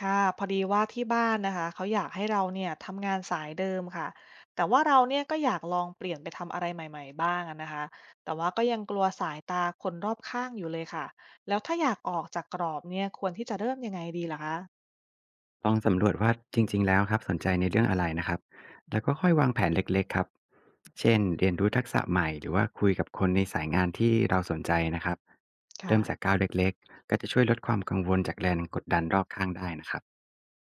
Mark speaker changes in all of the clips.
Speaker 1: ค่ะพอดีว่าที่บ้านนะคะเขาอยากให้เราเนี่ยทำงานสายเดิมค่ะแต่ว่าเราเนี่ยก็อยากลองเปลี่ยนไปทำอะไรใหม่ๆบ้างอะนะคะแต่ว่าก็ยังกลัวสายตาคนรอบข้างอยู่เลยค่ะแล้วถ้าอยากออกจากกรอบเนี่ยควรที่จะเริ่มยังไงดีล่ะคะ
Speaker 2: ลองสำรวจว่าจริงๆแล้วครับสนใจในเรื่องอะไรนะครับ แล้วก็ค่อยวางแผนเล็กๆครับ เช่นเรียนรู้ทักษะใหม่หรือว่าคุยกับคนในสายงานที่เราสนใจนะครับ
Speaker 1: ค่ะ
Speaker 2: เริ่มจากก้าวเล็กๆ ก็จะช่วยลดความกังวลจากแรงกดดันรอบข้างได้นะครับ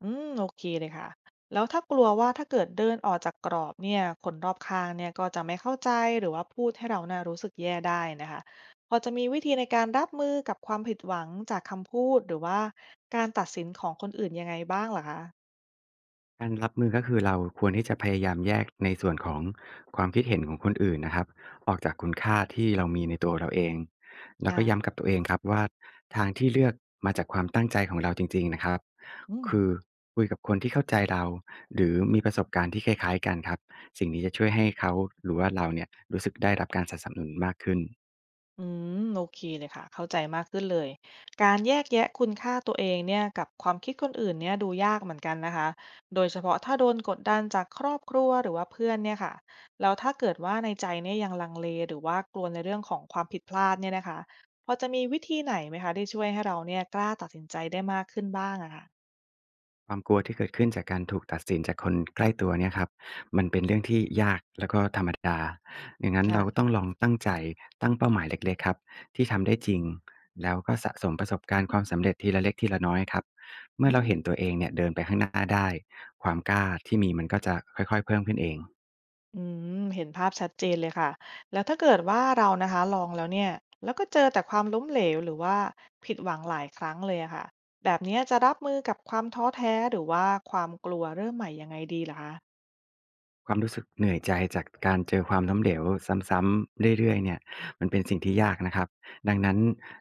Speaker 1: โอเคเลยค่ะแล้วถ้ากลัวว่าถ้าเกิดเดินออกจากกรอบเนี่ยคนรอบข้างเนี่ยก็จะไม่เข้าใจหรือว่าพูดให้เราน่ยรู้สึกแย่ได้นะคะพอจะมีวิธีในการรับมือกับความผิดหวังจากคำพูดหรือว่าการตัดสินของคนอื่นยังไงบ้างเหรอคะ
Speaker 2: การรับมือก็คือเราควรที่จะพยายามแยกในส่วนของความคิดเห็นของคนอื่นนะครับออกจากคุณค่าที่เรามีในตัวเราเองแล้ว
Speaker 1: อา
Speaker 2: ก็ย้ำกับตัวเองครับว่าทางที่เลือกมาจากความตั้งใจของเราจริงๆนะครับ
Speaker 1: อืม
Speaker 2: คือคุยกับคนที่เข้าใจเราหรือมีประสบการณ์ที่คล้ายๆกันครับสิ่งนี้จะช่วยให้เขาหรือว่าเราเนี่ยรู้สึกได้รับการสนับสนุนมากขึ้น
Speaker 1: อืมโอเคเลยค่ะเข้าใจมากขึ้นเลยการแยกแยะคุณค่าตัวเองเนี่ยกับความคิดคนอื่นเนี่ยดูยากเหมือนกันนะคะโดยเฉพาะถ้าโดนกดดันจากครอบครัวหรือว่าเพื่อนเนี่ยค่ะแล้วถ้าเกิดว่าในใจเนี่ยยังลังเลหรือว่ากลัวในเรื่องของความผิดพลาดเนี่ยนะคะพอจะมีวิธีไหนไหมคะที่ช่วยให้เราเนี่ยกล้าตัดสินใจได้มากขึ้นบ้างอะค่ะ
Speaker 2: ความกลัวที่เกิดขึ้นจากการถูกตัดสินจากคนใกล้ตัวเนี่ยครับมันเป็นเรื่องที่ยากแล้วก็ธรรมดาดังนั้นเราก็
Speaker 1: ค่ะ
Speaker 2: ต้องลองตั้งใจตั้งเป้าหมายเล็กๆครับที่ทำได้จริงแล้วก็สะสมประสบการณ์ความสำเร็จทีละเล็กทีละน้อยครับเมื่
Speaker 1: อื
Speaker 2: อเรา
Speaker 1: ม
Speaker 2: เห็นตัวเองเนี่ยเดินไปข้างหน้าได้ความกล้าที่มีมันก็จะค่อยๆเพิ่มขึ้นเอง
Speaker 1: อืมเห็นภาพชัดเจนเลยค่ะ แล้วถ้าเกิดว่าเรานะคะลองแล้วเนี่ย แล้วก็เจอแต่ความล้มเหลวหรือว่าผิดหวังหลายครั้งเลยอะค่ะ แบบเนี้ยจะรับมือกับความท้อแท้หรือว่าความกลัวเริ่มใหม่ยังไงดีล่ะคะ
Speaker 2: ความรู้สึกเหนื่อยใจจากการเจอความล้มเหลวซ้ำๆเรื่อยๆเนี่ยมันเป็นสิ่งที่ยากนะครับดังนั้น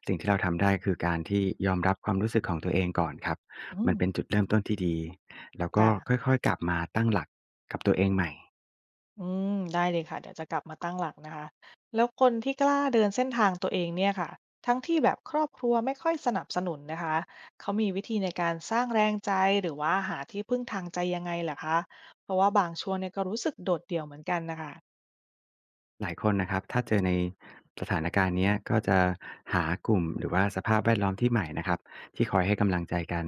Speaker 2: สิ่งที่เราทำได้คือการที่ยอมรับความรู้สึกของตัวเองก่อนครับ
Speaker 1: อื
Speaker 2: มัน
Speaker 1: ม
Speaker 2: เป็นจุดเริ่มต้นที่ดีแล้วก็
Speaker 1: ค่ะ
Speaker 2: ค่อยๆกลับมาตั้งหลักกับตัวเองใหม่
Speaker 1: อืมได้เลยค่ะเดี๋ยวจะกลับมาตั้งหลักนะคะแล้วคนที่กล้าเดินเส้นทางตัวเองเนี่ยค่ะทั้งที่แบบครอบครัวไม่ค่อยสนับสนุนนะคะเขามีวิธีในการสร้างแรงใจหรือว่าหาที่พึ่งทางใจยังไงเหรคะเพราะว่าบางช่วงเนี่ยก็รู้สึกโดดเดี่ยวเหมือนกันนะคะ
Speaker 2: หลายคนนะครับถ้าเจอในสถานการณ์เนี้ยก็จะหากลุ่มหรือว่าสภาพแวดล้อมที่ใหม่นะครับที่คอยให้กำลังใจกัน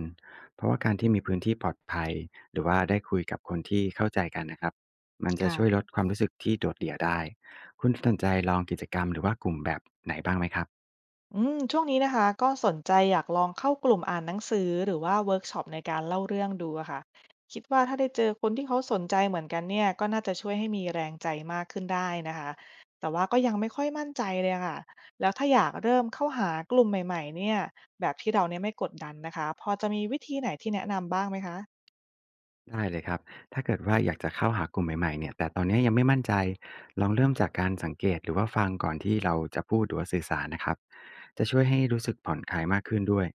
Speaker 2: เพราะว่าการที่มีพื้นที่ปลอดภัยหรือว่าได้คุยกับคนที่เข้าใจกันนะครับมันจะ
Speaker 1: ค่ะ
Speaker 2: ช่วยลดความรู้สึกที่โดดเดี่ยวได้คุณสนใจลองกิจกรรมหรือว่ากลุ่มแบบไหนบ้างไหมครับ
Speaker 1: อืมช่วงนี้นะคะก็สนใจอยากลองเข้ากลุ่มอ่านหนังสือหรือว่าเวิร์กช็อปในการเล่าเรื่องดูอะค่ะคิดว่าถ้าได้เจอคนที่เขาสนใจเหมือนกันเนี่ยก็น่าจะช่วยให้มีแรงใจมากขึ้นได้นะคะแต่ว่าก็ยังไม่ค่อยมั่นใจเลยค่ะแล้วถ้าอยากเริ่มเข้าหากลุ่มใหม่ๆเนี่ยแบบที่เราเนี่ยไม่กดดันนะคะพอจะมีวิธีไหนที่แนะนำบ้างไหมคะ
Speaker 2: ได้เลยครับถ้าเกิดว่าอยากจะเข้าหากลุ่มใหม่ๆเนี่ยแต่ตอนเนี้ยยังไม่มั่นใจลองเริ่มจากการสังเกตหรือว่าฟังก่อนที่เราจะพูดหรือว่าสื่อสารนะครับจะช่วยให้รู้สึกผ่อนคลายมากขึ้นด้วย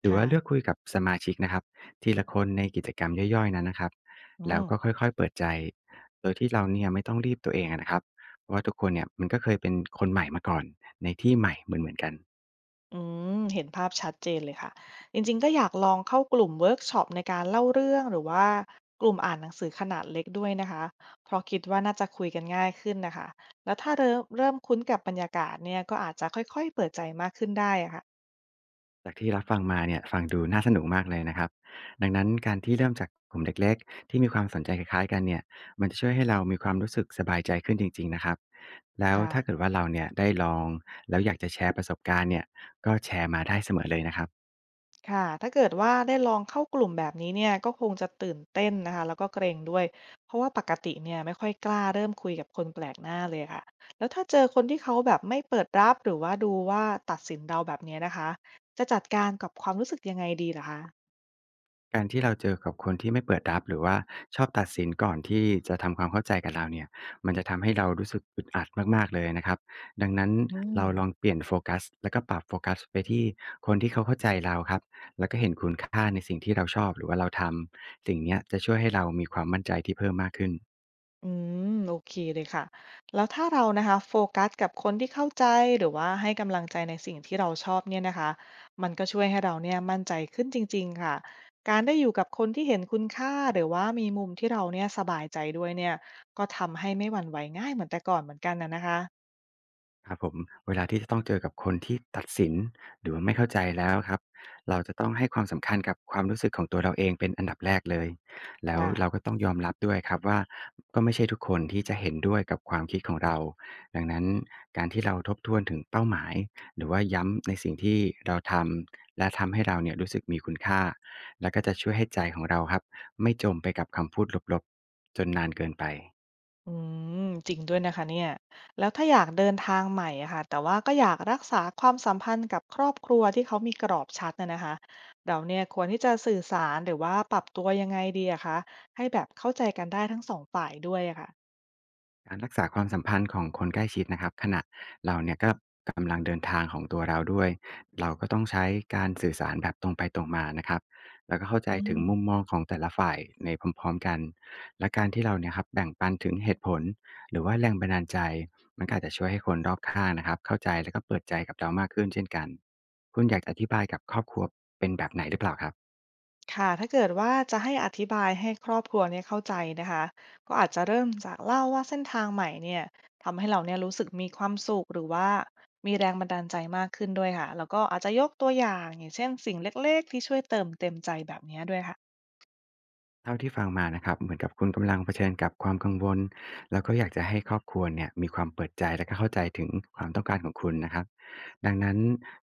Speaker 2: หรือว่าเลือก
Speaker 1: ค่ะ
Speaker 2: คุยกับสมาชิกนะครับทีละคนในกิจกรรมย่อยๆนั้นนะครับ
Speaker 1: อื
Speaker 2: แล้ว
Speaker 1: ม
Speaker 2: ก็ค่อยๆเปิดใจโดยที่เราเนี่ยไม่ต้องรีบตัวเองอะนะครับเพราะว่าทุกคนเนี่ยมันก็เคยเป็นคนใหม่มาก่อนในที่ใหม่เหมือนๆกัน
Speaker 1: อืมเห็นภาพชัดเจนเลยค่ะจริงๆก็อยากลองเข้ากลุ่มเวิร์กช็อปในการเล่าเรื่องหรือว่ากลุ่มอ่านหนังสือขนาดเล็กด้วยนะคะเพราะคิดว่าน่าจะคุยกันง่ายขึ้นนะคะแล้วถ้าเริ่มคุ้นกับบรรยากาศเนี่ยก็อาจจะค่อยๆเปิดใจมากขึ้นได้อะค่ะ
Speaker 2: จากที่รับฟังมาเนี่ยฟังดูน่าสนุกมากเลยนะครับดังนั้นการที่เริ่มจากกลุ่มเล็กๆที่มีความสนใจคล้ายๆกันเนี่ยมันจะช่วยให้เรามีความรู้สึกสบายใจขึ้นจริงๆนะครับแล้ว
Speaker 1: ค่ะ
Speaker 2: ถ้าเกิดว่าเราเนี่ยได้ลองแล้วอยากจะแชร์ประสบการณ์เนี่ยก็แชร์มาได้เสมอเลยนะครับ
Speaker 1: ค่ะถ้าเกิดว่าได้ลองเข้ากลุ่มแบบนี้เนี่ยก็คงจะตื่นเต้นนะคะแล้วก็เกรงด้วย เพราะว่าปกติเนี่ยไม่ค่อยกล้าเริ่มคุยกับคนแปลกหน้าเลยค่ะแล้วถ้าเจอคนที่เขาแบบไม่เปิดรับหรือว่าดูว่าตัดสินเราแบบเนี้ยนะคะจะจัดการกับความรู้สึกยังไงดีล่ะคะ
Speaker 2: การที่เราเจอกับคนที่ไม่เปิดรับหรือว่าชอบตัดสินก่อนที่จะทำความเข้าใจกับเราเนี่ยมันจะทำให้เรารู้สึกอึดอัดมากๆเลยนะครับดังนั้น
Speaker 1: อืม
Speaker 2: เราลองเปลี่ยนโฟกัสแล้วก็ปรับโฟกัสไปที่คนที่เขาเข้าใจเราครับแล้วก็เห็นคุณค่าในสิ่งที่เราชอบหรือว่าเราทำสิ่งเนี้ยจะช่วยให้เรามีความมั่นใจที่เพิ่มมากขึ้น
Speaker 1: อืมโอเคเลยค่ะแล้วถ้าเรานะคะโฟกัสกับคนที่เข้าใจหรือว่าให้กำลังใจในสิ่งที่เราชอบเนี่ยนะคะมันก็ช่วยให้เราเนี่ยมั่นใจขึ้นจริงๆค่ะการได้อยู่กับคนที่เห็นคุณค่าหรือว่ามีมุมที่เราเนี่ยสบายใจด้วยเนี่ยก็ทำให้ไม่หวั่นไหวง่ายเหมือนแต่ก่อนเหมือนกันนะนะคะ
Speaker 2: ครับผมเวลาที่จะต้องเจอกับคนที่ตัดสินหรือว่าไม่เข้าใจแล้วครับเราจะต้องให้ความสำคัญกับความรู้สึกของตัวเราเองเป็นอันดับแรกเลยแล้วเราก็
Speaker 1: ค่ะ
Speaker 2: ต้องยอมรับด้วยครับว่าก็ไม่ใช่ทุกคนที่จะเห็นด้วยกับความคิดของเราดังนั้นการที่เราทบทวนถึงเป้าหมายหรือว่าย้ำในสิ่งที่เราทำและทำให้เราเนี่ยรู้สึกมีคุณค่าแล้วก็จะช่วยให้ใจของเราครับไม่จมไปกับคำพูดลบๆจนนานเกินไป
Speaker 1: อืมจริงด้วยนะคะเนี่ยแล้วถ้าอยากเดินทางใหม่อะค่ะแต่ว่าก็อยากรักษาความสัมพันธ์กับครอบครัวที่เขามีกรอบชัดนะนะคะเราเนี่ยควรที่จะสื่อสารหรือว่าปรับตัวยังไงดีอะคะให้แบบเข้าใจกันได้ทั้งสองฝ่ายด้วยอะค่ะ
Speaker 2: การรักษาความสัมพันธ์ของคนใกล้ชิดนะครับขณะเราเนี่ยก็กำลังเดินทางของตัวเราด้วยเราก็ต้องใช้การสื่อสารแบบตรงไปตรงมานะครับแล้วก็เข้าใจ
Speaker 1: อื
Speaker 2: ถึง
Speaker 1: ม
Speaker 2: มุมมองของแต่ละฝ่ายในพร้อมๆกันและการที่เราเนี่ยครับแบ่งปันถึงเหตุผลหรือว่าแรงบันดาลใจมันก็อาจจะช่วยให้คนรอบข้างนะครับเข้าใจแล้วก็เปิดใจกับเรามากขึ้นเช่นกันคุณอยากจะอธิบายกับครอบครัวเป็นแบบไหนหรือเปล่าครับ
Speaker 1: ค่ะถ้าเกิดว่าจะให้อธิบายให้ครอบครัวเนี่ยเข้าใจนะคะก็อาจจะเริ่มจากเล่าว่าเส้นทางใหม่เนี่ยทำให้เราเนี่ยรู้สึกมีความสุขหรือว่ามีแรงบันดาลใจมากขึ้นด้วยค่ะแล้วก็อาจจะยกตัวอย่างอย่างเช่นสิ่งเล็กๆที่ช่วยเติมเต็มใจแบบเนี้ยด้วยค่ะ
Speaker 2: เท่าที่ฟังมานะครับเหมือนกับคุณกำลังเผชิญกับความกังวลแล้วก็อยากจะให้ครอบครัวเนี่ยมีความเปิดใจและก็เข้าใจถึงความต้องการของคุณนะครับดังนั้น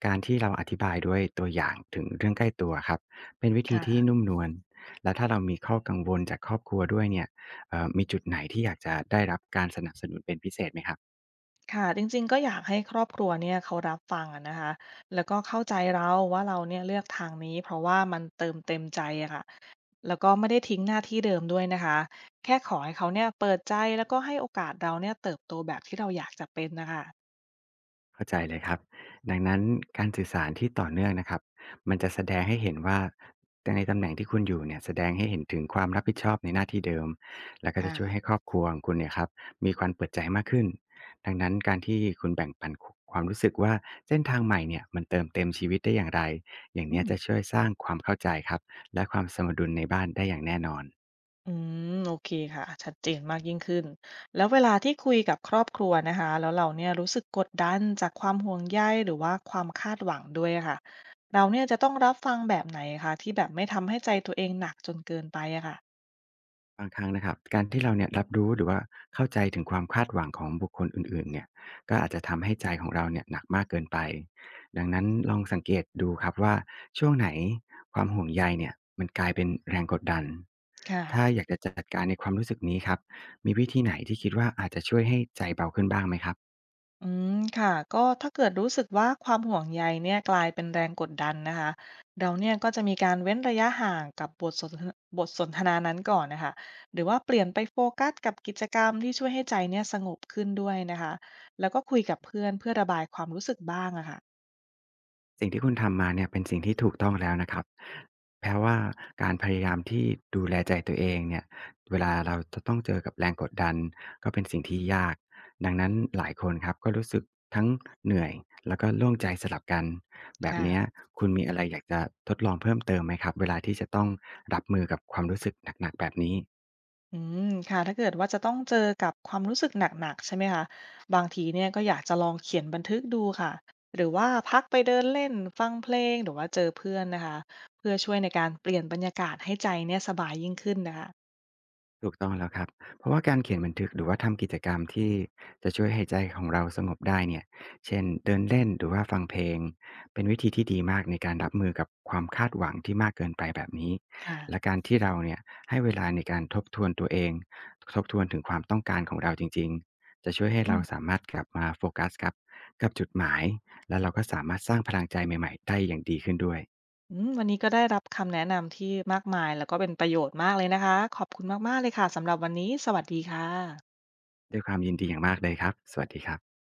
Speaker 2: การที่เราอธิบายด้วยตัวอย่างถึงเรื่องใกล้ตัวครับเป็นวิธีที่
Speaker 1: ค่ะ
Speaker 2: นุ่มนวลและถ้าเรามีข้อกังวลจากครอบครัวด้วยเนี่ยมีจุดไหนที่อยากจะได้รับการสนับสนุนเป็นพิเศษไหมครับ
Speaker 1: ค่ะจริงๆก็อยากให้ครอบครัวเนี่ยเขารับฟังอะนะคะแล้วก็เข้าใจเราว่าเราเนี่ยเลือกทางนี้เพราะว่ามันเติมเต็มใจอะค่ะ แล้วก็ไม่ได้ทิ้งหน้าที่เดิมด้วยนะคะ แค่ขอให้เขาเนี่ยเปิดใจแล้วก็ให้โอกาสเราเนี่ยเติบโตแบบที่เราอยากจะเป็นนะคะ
Speaker 2: เข้าใจเลยครับดังนั้นการสื่อสารที่ต่อเนื่องนะครับมันจะแสดงให้เห็นว่าในตำแหน่งที่คุณอยู่เนี่ยแสดงให้เห็นถึงความรับผิดชอบในหน้าที่เดิมแล้วก็จะช่วย
Speaker 1: ค่ะ
Speaker 2: ให้ครอบครัวของคุณเนี่ยครับมีความเปิดใจมากขึ้นดังนั้นการที่คุณแบ่งปันคความรู้สึกว่าเส้นทางใหม่เนี่ยมันเติมเต็มชีวิตได้อย่างไรอย่าง
Speaker 1: อื
Speaker 2: เนี้ย
Speaker 1: ม
Speaker 2: จะช่วยสร้างความเข้าใจครับและความสมดุลในบ้านได้อย่างแน่นอน
Speaker 1: อืโอเคค่ะชัดเจนมากยิ่งขึ้น แล้วเวลาที่คุยกับครอบครัวนะคะแล้วเราเนี่ยรู้สึกกดดันจากความห่วงใยหรือว่าความคาดหวังด้วยอะค่ะ เราเนี่ยจะต้องรับฟังแบบไหนคะที่แบบไม่ทำให้ใจตัวเองหนักจนเกินไปอะค่ะ
Speaker 2: บางครั้งนะครับการที่เราเนี่ยรับรู้หรือว่าเข้าใจถึงความคาดหวังของบุคคลอื่นๆเนี่ยก็อาจจะทำให้ใจของเราเนี่ยหนักมากเกินไปดังนั้นลองสังเกตดูครับว่าช่วงไหนความห่วงใยเนี่ยมันกลายเป็นแรงกดดัน
Speaker 1: ค่ะ
Speaker 2: ถ้าอยากจะจัดการในความรู้สึกนี้ครับมีวิธีไหนที่คิดว่าอาจจะช่วยให้ใจเบาขึ้นบ้างไหมครับ
Speaker 1: อืมค่ะก็ถ้าเกิดรู้สึกว่าความห่วงใยเนี่ยกลายเป็นแรงกดดันนะคะเราเนี่ยก็จะมีการเว้นระยะห่างกับบทสนทนานั้นก่อนนะคะหรือว่าเปลี่ยนไปโฟกัสกับกิจกรรมที่ช่วยให้ใจเนี่ยสงบขึ้นด้วยนะคะแล้วก็คุยกับเพื่อนเพื่อระบายความรู้สึกบ้างอะค่ะ
Speaker 2: สิ่งที่คุณทำมาเนี่ยเป็นสิ่งที่ถูกต้องแล้วนะครับแป้ว่าการพยายามที่ดูแลใจตัวเองเนี่ยเวลาเราจะต้องเจอกับแรงกดดันก็เป็นสิ่งที่ยาก ดังนั้นหลายคนครับก็รู้สึกทั้งเหนื่อยแล้วก็โล่งใจสลับกัน แบบ
Speaker 1: ค่ะ
Speaker 2: เนี้ยคุณมีอะไรอยากจะทดลองเพิ่มเติมไหมครับเวลาที่จะต้องรับมือกับความรู้สึกหนักๆแบบนี้
Speaker 1: อืมค่ะถ้าเกิดว่าจะต้องเจอกับความรู้สึกหนักๆใช่ไหมคะบางทีเนี่ยก็อยากจะลองเขียนบันทึกดูค่ะหรือว่าพักไปเดินเล่นฟังเพลงหรือว่าเจอเพื่อนนะคะเพื่อช่วยในการเปลี่ยนบรรยากาศให้ใจเนี่ยสบายยิ่งขึ้นนะคะ
Speaker 2: ถูกต้องแล้วครับ เพราะว่าการเขียนบันทึกหรือว่าทำกิจกรรมที่จะช่วยให้ใจของเราสงบได้เนี่ยเช่นเดินเล่นหรือว่าฟังเพลงเป็นวิธีที่ดีมากในการรับมือกับความคาดหวังที่มากเกินไปแบบนี้และ
Speaker 1: ค่ะ
Speaker 2: การที่เราเนี่ยให้เวลาในการทบทวนตัวเองทบทวนถึงความต้องการของเราจริงๆจะช่วยให้
Speaker 1: อื
Speaker 2: เราสา
Speaker 1: ม
Speaker 2: มารถกลับมาโฟกัสกับจุดหมายและเราก็สามารถสร้างพลังใจใหม่ๆได้อย่างดีขึ้นด้วย
Speaker 1: วันนี้ก็ได้รับคำแนะนำที่มากมายแล้วก็เป็นประโยชน์มากเลยนะคะขอบคุณมากๆเลยค่ะสำหรับวันนี้สวัสดีค่ะ
Speaker 2: ด้วยความยินดีอย่างมากเลยครับสวัสดีครับ